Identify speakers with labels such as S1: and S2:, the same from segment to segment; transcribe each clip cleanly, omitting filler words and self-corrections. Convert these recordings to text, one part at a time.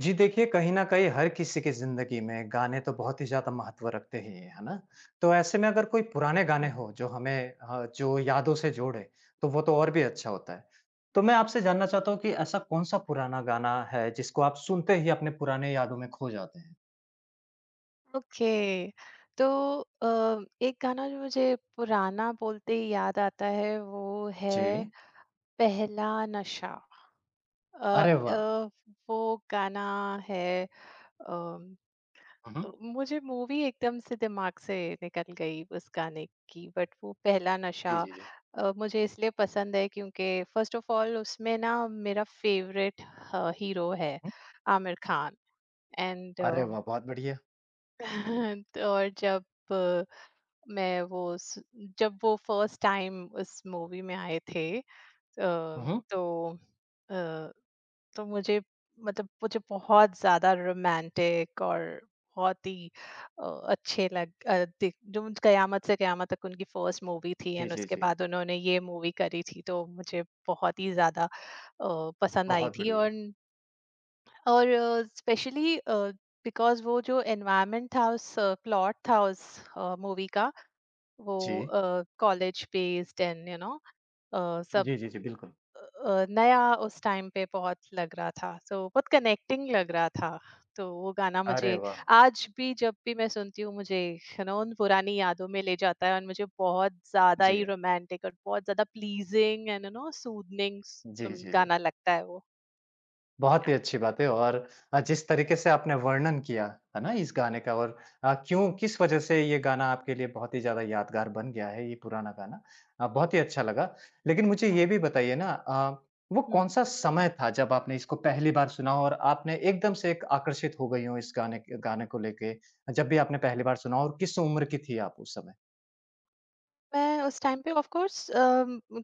S1: जी देखिए, कहीं न कहीं हर किसी की ज़िंदगी में गाने तो बहुत ही ज़्यादा महत्व रखते ही हैं, है ना? तो ऐसे में अगर कोई पुराने गाने
S2: हुँ।
S1: हों जो हमें जो यादों से जोड़े, तो वो तो और भी अच्छा होता है। तो मैं आपसे जानना चाहता हूँ कि ऐसा कौन-सा पुराना गाना है जिसको आप सुनते ही अपने पुराने यादों में खो जाते हैं?
S2: ओके। तो अ, एक गाना जो मुझे पुराना बोलते ही याद आता है, वो है
S1: जी।
S2: पहला नशा। अ
S1: अरे वाह!
S2: अ, वो गाना है। अ
S1: हुँ, हुँ।
S2: मुझे मूवी एकदम से दिमाग से निकल गई उस गाने की। बट वो पहला नशा
S1: जी, जी, जी।
S2: मुझे इसलिए पसंद है, क्योंकि फर्स्ट ऑफ ऑल उसमें ना मेरा फेवरेट हीरो है
S1: हुँ,
S2: आमिर खान, एंड
S1: अरे वाह! बहुत बढ़िया।
S2: और जब अ, मैं वो स- जब वो फर्स्ट टाइम उस मूवी में आए थे, अ,
S1: हुँ, हुँ।
S2: तो तो मुझे, मतलब, मुझे बहुत ज़्यादा रोमांटिक और बहुत ही अ, अच्छे लग अ, दिख- जो उन- कयामत से कयामत तक उनकी फर्स्ट मूवी थी,
S1: जी,
S2: एंड
S1: जी,
S2: उसके
S1: जी।
S2: बाद उन्होंने ये मूवी करी थी, तो मुझे बहुत ही ज़्यादा पसंद आई
S1: बहुत
S2: थी,
S1: बढ़िया।
S2: और स्पेशली बिकॉज वो जो एनवायरनमेंट था, उस प्लॉट था उस मूवी का, वो
S1: जी।
S2: College based and you know सब
S1: जी, जी, जी, बिल्कुल।
S2: नया उस टाइम पे बहुत लग रहा था। सो बहुत कनेक्टिंग लग रहा था। तो वो गाना
S1: अरे
S2: मुझे,
S1: वाह!
S2: आज भी जब भी मैं सुनती हूँ, मुझे यू नो उन पुरानी यादों में ले जाता है, और मुझे बहुत ज़्यादा
S1: जी।
S2: ही रोमांटिक और बहुत ज़्यादा pleasing and you know soothing स
S1: जी, जी, जी।
S2: गाना लगता है वो।
S1: बहुत ही अच्छी बात है और जिस तरीके से आपने वर्णन किया, है ना, इस गाने का और क्यों
S2: हुँ।
S1: किस वजह से ये गाना आपके लिए बहुत ही ज़्यादा यादगार बन गया है, ये पुराना गाना। बहुत ही अच्छा लगा। लेकिन मुझे
S2: हाँ।
S1: ये भी बताइए ना वो
S2: हुँ।
S1: कौन-सा समय था जब आपने इसको पहली बार सुना हो और आपने एकदम से एक आकर्षित हो गई हो इस गाने को लेके? जब भी आपने पहली बार सुना हो और किस उम्र की थी आप उस समय?
S2: मैं उस टाइम पे ऑफ कोर्स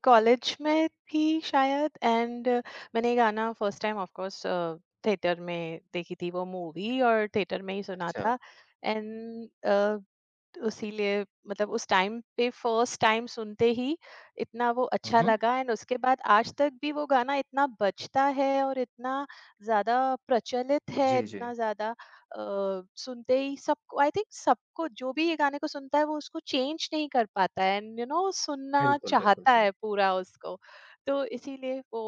S2: कॉलेज में थी शायद, एंड मैंने ये गाना first time of course theatre में देखी थी, वो मूवी, और थिएटर में ही सुना
S1: अच्छा।
S2: था। एंड इसीलिए, मतलब, उस टाइम पे फर्स्ट टाइम सुनते ही इतना वो
S1: हुँ,
S2: अच्छा
S1: हुँ।
S2: लगा, एंड उसके बाद आज तक भी वो गाना इतना बजता है और इतना ज़्यादा प्रचलित है,
S1: जी, जी।
S2: इतना ज़्यादा सुनते ही सबको, आई थिंक, सबको, जो भी ये गाने को सुनता है वो उसको चेंज नहीं कर पाता है, एंड यू नो सुनना
S1: बिल्कुल, बिल्कुल।
S2: चाहता
S1: जी।
S2: है पूरा उसको। तो इसीलिए वो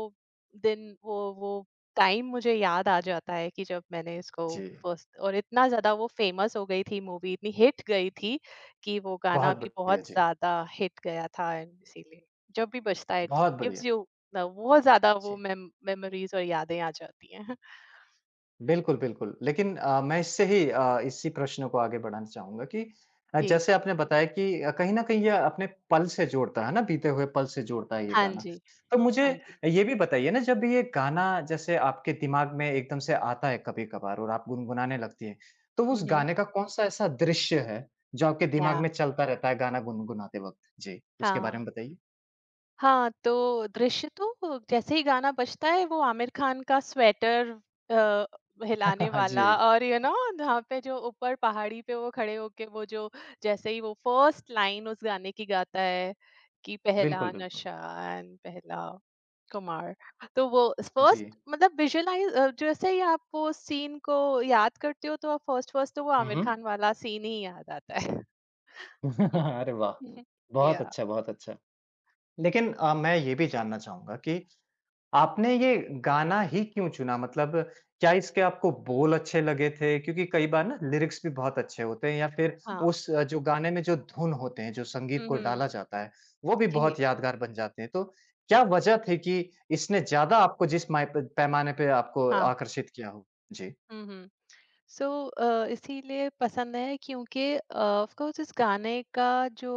S2: दिन, वो टाइम मुझे याद आ जाता है, कि जब मैंने इसको
S1: जी।
S2: फर्स्ट, और इतना ज़्यादा वो फेमस हो गई थी मूवी, इतनी हिट गई थी कि वो गाना
S1: बहुत
S2: भी
S1: बढ़िया,
S2: बहुत
S1: जी।
S2: ज़्यादा हिट गया था, एंड इसीलिए जब भी बजता है इट
S1: बहुत बढ़िया।
S2: गिव्स यू बहुत ज़्यादा वो
S1: जी।
S2: मेमोरीज़ और यादें आ जाती हैं।
S1: बिल्कुल, बिल्कुल। लेकिन मैं इसी प्रश्न को आगे बढ़ाना चाहूँगा कि
S2: जी।
S1: जैसे आपने बताया कि कहीं न कहीं ये अपने पल से जोड़ता है ना, बीते हुए पल से जोड़ता है ये
S2: हाँ
S1: गाना।
S2: जी,
S1: तो मुझे
S2: हाँ जी।
S1: ये भी बताइए ना जब ये गाना जैसे आपके दिमाग में एकदम से आता है कभी-कभार और आप गुनगुनाने लगती हैं, तो
S2: हुँ,
S1: उस
S2: हुँ।
S1: गाने का कौन-सा ऐसा दृश्य है जो आपके दिमाग
S2: या,
S1: में चलता रहता है गाना गुनगुनाते वक़्त? जी, उसके बारे
S2: हाँ।
S1: में बताइए।
S2: हाँ, तो दृश्य तो जैसे ही गाना बजता है, वो आमिर खान का स्वेटर अ, हिलाने वाला,
S1: जी,
S2: और यू नो जहाँ पे जो ऊपर पहाड़ी पे वो खड़े होके, वो जो जैसे ही वो फर्स्ट लाइन उस गाने की गाता है कि
S1: बिल्कुल,
S2: पहला
S1: बिल्कुल।
S2: नशान पहला कुमार, तो वो
S1: जी।
S2: फर्स्ट, मतलब, विजुअलाइज, जैसे ही आप वो सीन को याद करते हो, तो आप फर्स्ट फर्स्ट, तो वो
S1: हुँ,
S2: आमिर
S1: हुँ।
S2: खान वाला सीन ही याद आता है।
S1: अरे वाह! बहुत
S2: या,
S1: अच्छा, बहुत अच्छा। लेकिन मैं ये भी जानना चाहूँगा कि आपने ये गाना ही क्यों चुना? मतलब क्या इसके आपको बोल अच्छे लगे थे? क्योंकि कई बार ना लिरिक्स भी बहुत अच्छे होते हैं या फिर
S2: हाँ।
S1: जो गाने में जो धुन होते हैं, जो संगीत
S2: हम्म,
S1: को डाला जाता है, वो भी
S2: जी,
S1: बहुत यादगार बन जाते हैं। तो क्या वजह थी कि इसने ज़्यादा आपको जिस माय प पैमाने पे आपको
S2: हाँ,
S1: आकर्षित किया हो? जी।
S2: हम्म, हम्म। सो, इसीलिए पसंद है, क्योंकि ऑफ कोर्स इस गाने का जो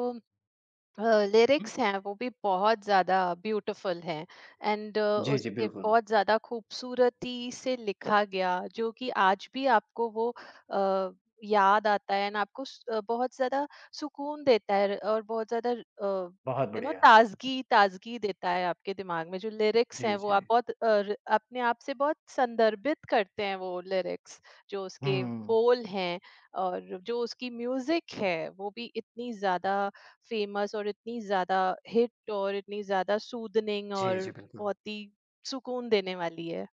S1: हुँ।
S2: लिरिक्स हैं वो भी बहुत ज़्यादा ब्यूटीफुल हैं, एंड
S1: जी, जी,
S2: उसके
S1: बिल्कुल।
S2: बहुत ज़्यादा खूबसूरती से लिखा गया, जो कि आज भी आपको वो अ, याद आता है, एंड आपको बहुत ज़्यादा सुकून देता है, और बहुत ज़्यादा
S1: बहुत
S2: यू नो
S1: बढ़िया।
S2: ताजगी ताजगी देता है आपके दिमाग में। जो लिरिक्स
S1: जी,
S2: हैं वो
S1: जी।
S2: आप बहुत अपने आप से बहुत संदर्भित करते हैं, वो लिरिक्स जो उसके
S1: हुँ।
S2: बोल हैं, और जो उसकी म्यूजिक है वो भी इतनी ज़्यादा फेमस और इतनी ज्यादा हिट और इतनी ज्यादा सूदनिंग
S1: जी,
S2: और
S1: जी, बिल्कुल।
S2: बहुत ही सुकून देने वाली है,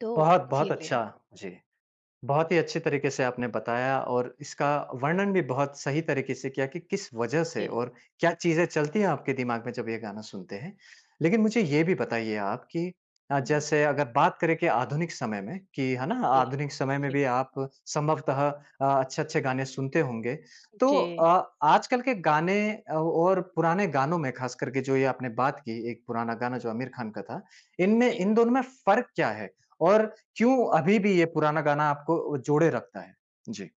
S2: तो
S1: बहुत-बहुत
S2: इसीलिए।
S1: अच्छा। जी। बहुत ही अच्छे तरीके से आपने बताया और इसका वर्णन भी बहुत सही तरीके से किया कि किस वजह से
S2: जी,
S1: और क्या चीजें चलती हैं आपके दिमाग में जब ये गाना सुनते हैं। लेकिन मुझे ये भी बताइए आप कि
S2: हम्म,
S1: जैसे अगर बात करें कि आधुनिक समय में कि है ना,
S2: जी,
S1: आधुनिक समय में
S2: जी,
S1: भी आप संभवतः अच्छे-अच्छे गाने सुनते होंगे। तो
S2: जी,
S1: आजकल के गाने और पुराने गानों में खास करके जो ये आपने बात की, एक पुराना गाना जो आमिर खान का था, इनमें
S2: जी,
S1: इन दोनों में फर्क क्या है? और क्यों अभी भी ये पुराना गाना आपको जोड़े रखता है? जी।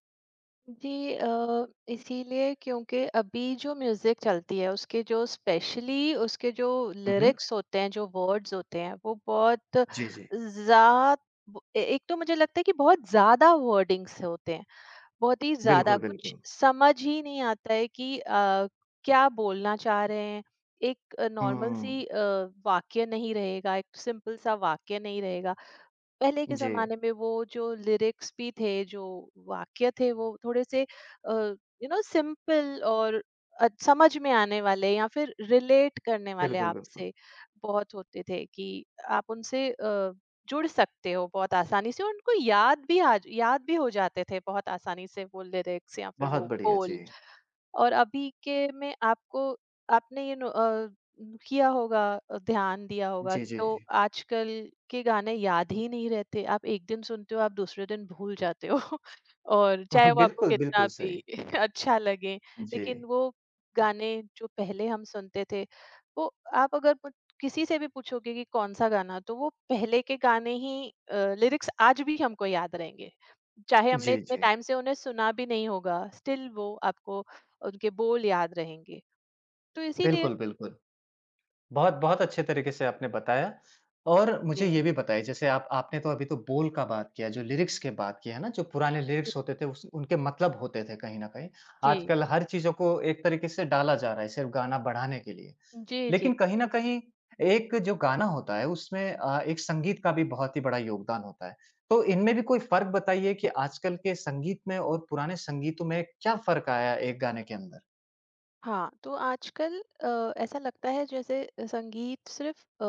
S2: जी। इसीलिए क्योंकि अभी जो म्यूजिक चलती है, उसके जो स्पेशली, उसके जो
S1: हुँ, हुँ।
S2: लिरिक्स होते हैं, जो वर्ड्स होते हैं, वो बहुत
S1: जी, जी।
S2: ज्यादा, एक तो मुझे लगता है कि बहुत ज्यादा वर्डिंग्स होते हैं, बहुत ही ज़्यादा
S1: बिल्कुल,
S2: कुछ
S1: बिल्कुल।
S2: समझ ही नहीं आता है कि क्या बोलना चाह रहे हैं। एक नॉर्मल
S1: हुँ,
S2: सी वाक्य नहीं रहेगा, एक सिंपल सा वाक्य नहीं रहेगा। पहले के
S1: जी।
S2: ज़माने में वो जो लिरिक्स भी थे, जो वाक्य थे, वो थोड़े से यू नो सिंपल और समझ में आने वाले या फिर रिलेट करने वाले
S1: बिल्कुल, बिल्कुल।
S2: आपसे बहुत होते थे, कि आप उनसे जुड़ सकते हो बहुत आसानी से, और उनको याद भी, आज याद भी, हो जाते थे बहुत आसानी से वो लिरिक्स या फिर
S1: बहुत
S2: वो
S1: बढ़िया,
S2: बोल।
S1: जी।
S2: और अभी के में, आपको आपने ये नो अ, किया होगा अ, ध्यान दिया होगा,
S1: जी, जी,
S2: तो
S1: जी।
S2: आजकल के गाने याद ही नहीं रहते। आप एक दिन सुनते हो, आप दूसरे दिन भूल जाते हो। और
S1: हाँ,
S2: चाहे वो आपको
S1: बिल्कुल,
S2: कितना
S1: बिल्कुल
S2: भी
S1: सही।
S2: अच्छा लगे।
S1: जी।
S2: लेकिन वो गाने जो पहले हम सुनते थे, वो आप अगर प किसी से भी पूछोगे कि कौन-सा गाना, तो वो पहले के गाने ही, लिरिक्स आज भी हमको याद रहेंगे। चाहे हमने
S1: जी,
S2: इतने
S1: जी।
S2: टाइम से उन्हें सुना भी नहीं होगा, स्टिल वो आपको उनके बोल याद रहेंगे। तो इसीलिए।
S1: बिल्कुल, बिल्कुल। बहुत बहुत अच्छे तरीके से आपने बताया और मुझे ये
S2: जी,
S1: भी बताइए जैसे आप आपने तो अभी तो बोल का बात किया, जो लिरिक्स की बात की, है ना? जो पुराने
S2: जी,
S1: लिरिक्स होते थे उस उनके मतलब होते थे कहीं न कहीं। आजकल हर चीज़ों को एक तरीके से डाला जा रहा है सिर्फ़ गाना बढ़ाने के लिए।
S2: जी, जी,
S1: लेकिन कहीं न कहीं एक जो गाना होता है उसमें एक संगीत का भी बहुत ही बड़ा योगदान होता है। तो इनमें भी कोई फ़र्क बताइए कि आजकल के संगीत में और पुराने संगीतों में क्या फ़र्क आया है एक गाने के अंदर?
S2: हाँ, तो आजकल ऐसा लगता है जैसे संगीत सिर्फ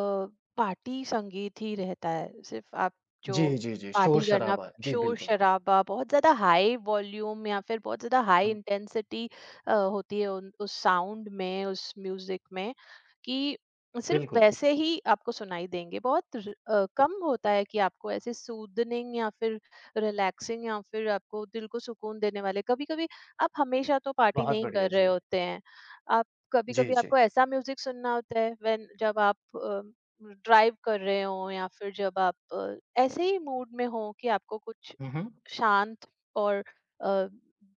S2: पार्टी संगीत ही रहता है। सिर्फ आप जो
S1: जी, जी, जी,
S2: पार्टी करना,
S1: शोर-शराबा। जी, बिल्कुल।
S2: शोर-शराबा, बहुत ज़्यादा हाई वॉल्यूम या फिर बहुत ज़्यादा हाई
S1: हुँ,
S2: इंटेंसिटी होती है उन उस साउंड में, उस म्यूज़िक में कि सिर्फ
S1: बिल्कुल,
S2: वैसे ही आपको सुनाई देंगे। बहुत कम होता है कि आपको ऐसे सूदनिंग या फिर रिलैक्सिंग, या फिर आपको दिल को सुकून देने वाले। कभी-कभी आप हमेशा तो पार्टी
S1: बहुत
S2: नहीं
S1: बढ़िया।
S2: कर रहे
S1: जी,
S2: होते हैं। आप
S1: जी,
S2: कभी-कभी
S1: जी।
S2: आपको ऐसा म्यूजिक सुनना होता है व्हेन जब आप ड्राइव कर रहे हो, या फिर जब आप ऐसे ही मूड में हो कि आपको कुछ
S1: हुँ, हुँ।
S2: शांत और अ,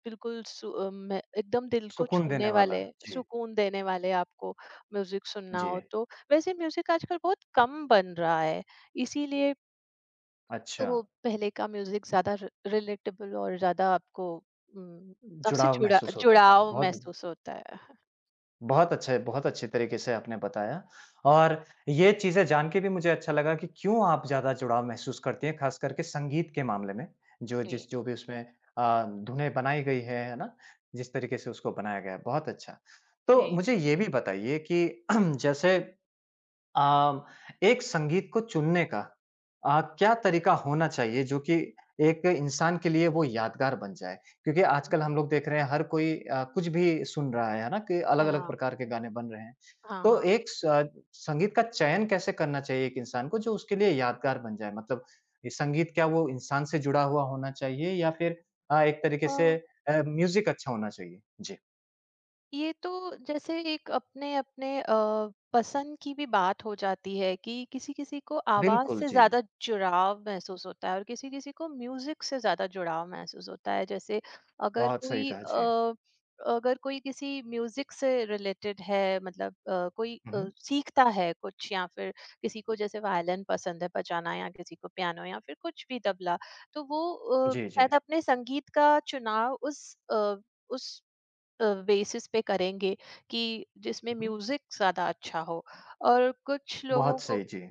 S2: बिल्कुल एकदम दिल को
S1: सुकून देने
S2: छूने
S1: वाला।
S2: वाले,
S1: जी,
S2: सुकून देने वाले आपको म्यूजिक सुनना
S1: जी।
S2: हो, तो वैसे म्यूजिक आजकल बहुत कम बन रहा है, इसीलिए।
S1: अच्छा,
S2: तो पहले का म्यूजिक ज्यादा रिलेटेबल और ज्यादा आपको, हम्म, आपसे
S1: जुड़ाव महसूस होता था।
S2: जुड़ाव
S1: बहुत
S2: महसूस होता है।
S1: बहुत अच्छे तरीके से आपने बताया और ये चीज़ें जान के भी मुझे अच्छा लगा कि क्यों आप ज़्यादा जुड़ाव महसूस करती हैं, ख़ास करके संगीत के मामले में,
S2: जी।
S1: जो भी उसमें धुनें बनाई गई है ना? जिस तरीके से उसको बनाया गया है, बहुत अच्छा।
S2: हे।
S1: तो मुझे ये भी बताइए कि जैसे अम, एक संगीत को चुनने का क्या तरीका होना चाहिए जो कि एक इंसान के लिए वो यादगार बन जाए? क्योंकि
S2: हं,
S1: आजकल
S2: हं।
S1: हम लोग देख रहे हैं हर कोई कुछ भी सुन रहा है ना? कि अलग-अलग
S2: या,
S1: प्रकार के गाने बन रहे हैं।
S2: हां,
S1: तो
S2: हां।
S1: संगीत का चयन कैसे करना चाहिए एक इंसान को जो उसके लिए यादगार बन जाए? मतलब ये संगीत क्या वो इंसान से जुड़ा हुआ होना चाहिए या फिर एक तरीके
S2: अ,
S1: से म्यूज़िक अच्छा होना चाहिए? जी।
S2: ये तो जैसे एक अपने अपने पसंद की भी बात हो जाती है, कि किसी किसी को आवाज
S1: बिल्कुल,
S2: से
S1: जी।
S2: ज्यादा जुड़ाव महसूस होता है और किसी किसी को म्यूजिक से ज्यादा जुड़ाव महसूस होता है। जैसे अगर
S1: बहुत सही
S2: कोई
S1: कहा, जी।
S2: अ, अगर कोई किसी म्यूजिक से रिलेटेड है, मतलब कोई
S1: हुँ, हुँ।
S2: सीखता है कुछ, या फिर किसी को जैसे वायलिन पसंद है बजाना, या किसी को पियानो, या फिर कुछ भी तबला, तो वो
S1: जी, जी।
S2: शायद अपने संगीत का चुनाव अ, उस बेसिस पे करेंगे कि जिसमें
S1: हुँ, हुँ।
S2: म्यूजिक ज्यादा अच्छा हो। और कुछ
S1: बहुत
S2: लोगों को
S1: सही, जी।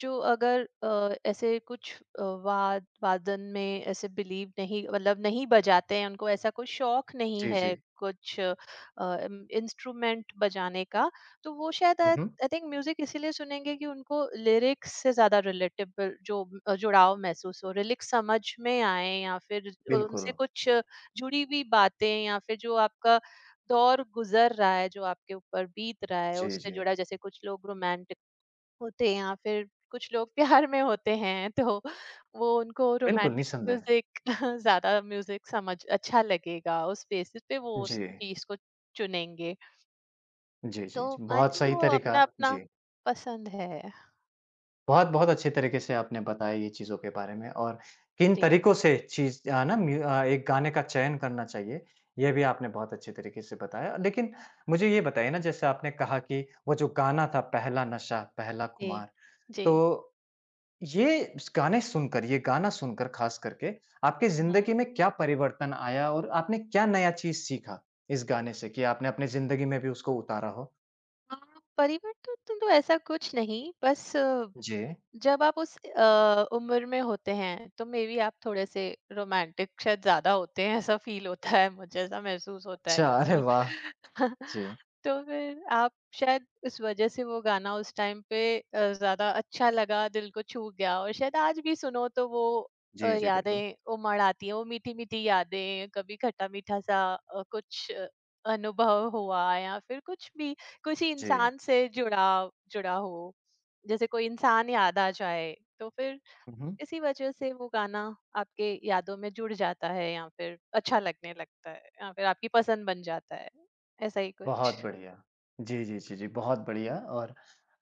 S2: जो, अगर ऐसे कुछ वादन में ऐसे बिलीव नहीं, मतलब नहीं बजाते हैं, उनको ऐसा कोई शौक नहीं
S1: जी,
S2: है
S1: जी।
S2: कुछ इंस्ट्रूमेंट बजाने का, तो वो शायद
S1: हुँ,
S2: आई
S1: हुँ।
S2: थिंक म्यूजिक इसीलिए सुनेंगे कि उनको लिरिक्स से ज्यादा रिलेटेबल जो जुड़ाव महसूस हो, लिरिक्स समझ में आए, या फिर
S1: बिल्कुल।
S2: उनसे कुछ जुड़ी हुई बातें, या फिर जो आपका दौर गुजर रहा है, जो आपके ऊपर बीत रहा है,
S1: जी,
S2: उससे
S1: जी।
S2: जुड़ा। जैसे कुछ लोग रोमांटिक होते हैं या फिर कुछ लोग प्यार में होते हैं, तो वो, उनको
S1: बिल्कुल,
S2: रोमांटिक
S1: निसंदेह।
S2: म्यूजिक ज्यादा, म्यूजिक समझ अच्छा लगेगा, उस बेसिस पे वो उस
S1: जी।
S2: चीज को चुनेंगे,
S1: जी, जी,
S2: तो
S1: जी।
S2: आई
S1: बहुत
S2: थिंक
S1: सही
S2: वो
S1: तरीका
S2: अपना अपना
S1: जी।
S2: पसंद है।
S1: बहुत-बहुत अच्छे तरीके से आपने बताया ये चीज़ों के बारे में और किन
S2: जी,
S1: तरीकों से चीज़ अ, ना म्यू अ, एक गाने का चयन करना चाहिए, ये भी आपने बहुत अच्छे तरीके से बताया। लेकिन मुझे ये बताइए ना जैसे आपने कहा कि वो जो गाना था पहला नशा पहला
S2: जी,
S1: खुमार,
S2: जी,
S1: तो ये स गाने सुनकर ये गाना सुनकर ख़ास करके आपकी
S2: हम्म,
S1: ज़िंदगी में क्या परिवर्तन आया और आपने क्या नया चीज़ सीखा इस गाने से कि आपने अपनी ज़िंदगी में भी उसको उतारा हो?
S2: हाँ, परिवर्तन तो, ऐसा कुछ नहीं, बस
S1: जी। जी।
S2: जब आप उस उम्र में होते हैं, तो मे बी आप थोड़े से रोमांटिक शायद ज्यादा होते हैं, ऐसा फील होता है मुझे, ऐसा महसूस होता है
S1: अच्छा, अरे
S2: कि
S1: वाह! जी।
S2: तो फिर आप, शायद उस वजह से वो गाना उस टाइम पे ज्यादा अच्छा लगा, दिल को छू गया, और शायद आज भी सुनो तो वो
S1: जी, जी, बिल्कुल।
S2: यादें उमड़ आती हैं, वो मीठी मीठी यादें, कभी खट्टा मीठा सा कुछ अनुभव हुआ, या फिर कुछ भी किसी
S1: जी।
S2: इंसान से जुड़ा जुड़ा हो, जैसे कोई इंसान याद आ जाए, तो फिर
S1: हुँ, हुँ।
S2: इसी वजह से वो गाना आपके यादों में जुड़ जाता है, या फिर अच्छा लगने लगता है, या फिर आपकी पसंद बन जाता है, ऐसा ही कुछ।
S1: बहुत बढ़िया। जी, जी, जी, जी, बहुत बढ़िया और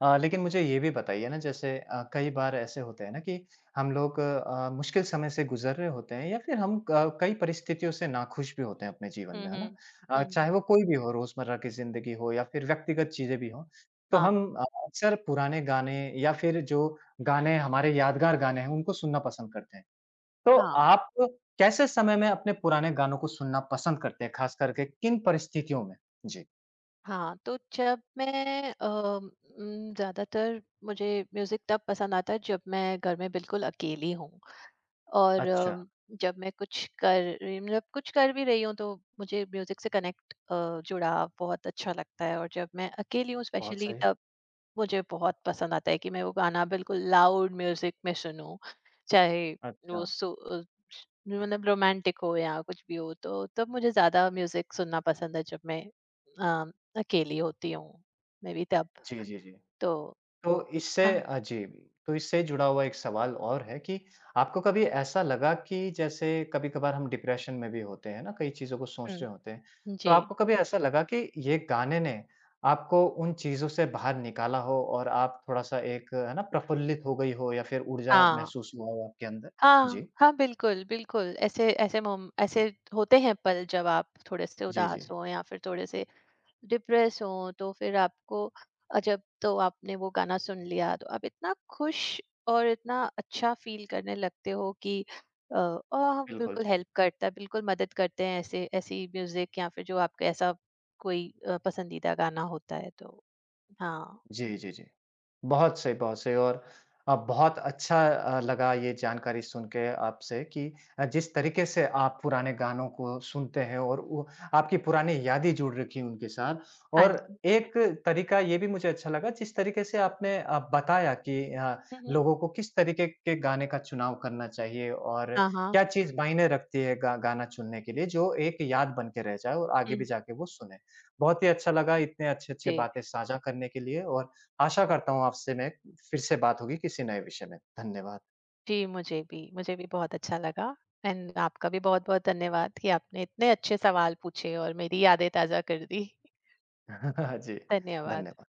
S1: लेकिन मुझे ये भी बताइए ना जैसे कई बार ऐसे होते हैं ना कि हम लोग मुश्किल समय से गुज़र रहे होते हैं या फिर हम क कई
S2: जी।
S1: परिस्थितियों से नाखुश भी होते हैं अपने जीवन में,
S2: हम्म,
S1: है ना?
S2: हम्म,
S1: चाहे
S2: हम्म,
S1: वो कोई भी हो रोज़मर्रा की ज़िंदगी हो या फिर व्यक्तिगत चीज़ें भी हों। तो
S2: हाँ,
S1: हम अक्सर पुराने गाने या फिर जो गाने हमारे यादगार गाने हैं उनको सुनना पसंद करते हैं। तो
S2: हाँ,
S1: आप कैसे समय में अपने पुराने गानों को सुनना पसंद करते हैं, ख़ास करके किन परिस्थितियों में? जी।
S2: हाँ, तो जब मैं ज्यादातर मुझे म्यूजिक तब पसंद आता है जब मैं घर में बिल्कुल अकेली हूँ, और
S1: अच्छा,
S2: जब मैं मतलब कुछ कर भी रही हूँ, तो मुझे म्यूजिक से कनेक्ट जुड़ा बहुत अच्छा लगता है, और जब मैं अकेली हूँ
S1: बहुत
S2: स्पेशली
S1: सही।
S2: तब, मुझे बहुत पसंद आता है कि मैं वो गाना बिल्कुल लाउड म्यूजिक में सुनूं, चाहे
S1: अच्छा,
S2: वो सो मतलब रोमांटिक हो या कुछ भी हो, तो तब मुझे ज्यादा म्यूजिक सुनना पसंद है जब मैं अम, अकेली होती हूँ, मे बी तब।
S1: जी, जी, जी।
S2: तो
S1: तो इससे
S2: हाँ,
S1: जी, तो इससे जुड़ा हुआ एक सवाल और है कि आपको कभी ऐसा लगा कि जैसे कभी-कभार हम डिप्रेशन में भी होते हैं ना, कई चीज़ों को सोच रहे
S2: हम्म,
S1: होते हैं। तो
S2: जी,
S1: आपको कभी ऐसा लगा कि ये गाने ने आपको उन चीज़ों से बाहर निकाला हो और आप थोड़ा-सा एक है ना, प्रफुल्लित हो गई हो या फिर ऊर्जा
S2: हाँ,
S1: महसूस हुआ हो आपके अंदर?
S2: हाँ,
S1: जी।
S2: हाँ, बिल्कुल, बिल्कुल। ऐसे ऐसे मोम ऐसे होते हैं पल, जब आप थोड़े से
S1: जी, जी।
S2: उदास हो या फिर थोड़े से डिप्रेस हो, तो फिर आपको जब तो आपने वो गाना सुन लिया, तो आप इतना खुश और इतना अच्छा फ़ील करने लगते हो कि, अ, ओह!
S1: बिल्कुल,
S2: बिल्कुल
S1: जी।
S2: हेल्प करता है, बिल्कुल मदद करते हैं ऐसे, ऐसी म्यूज़िक या फिर जो आपका ऐसा कोई पसंदीदा गाना होता है, तो। हाँ,
S1: जी, जी, जी। बहुत सही और बहुत अच्छा लगा ये जानकारी सुन के आपसे कि जिस तरीके से आप पुराने गानों को सुनते हैं और वो आपकी पुरानी यादें जुड़ रखी हैं उनके साथ।
S2: हाँ
S1: और
S2: जी।
S1: एक तरीका ये भी मुझे अच्छा लगा जिस तरीके से आपने बताया कि
S2: हुँ, हुँ।
S1: लोगों को किस तरीके के गाने का चुनाव करना चाहिए और
S2: हाँ, हाँ।
S1: क्या चीज़ मायने रखती है गा गाना चुनने के लिए जो एक याद बन के रह जाए और आगे भी
S2: हुँ,
S1: जाके वो सुने। बहुत ही अच्छा लगा इतने अच्छे-अच्छे
S2: जी।
S1: बातें साझा करने के लिए और आशा करता हूँ आपसे मैं फिर से बात होगी किसी नए विषय में। धन्यवाद।
S2: जी, मुझे भी। मुझे भी बहुत अच्छा लगा, एंड आपका भी बहुत-बहुत धन्यवाद, कि आपने इतने अच्छे सवाल पूछे और मेरी यादें ताज़ा कर दी।
S1: जी,
S2: धन्यवाद।
S1: धन्यवाद।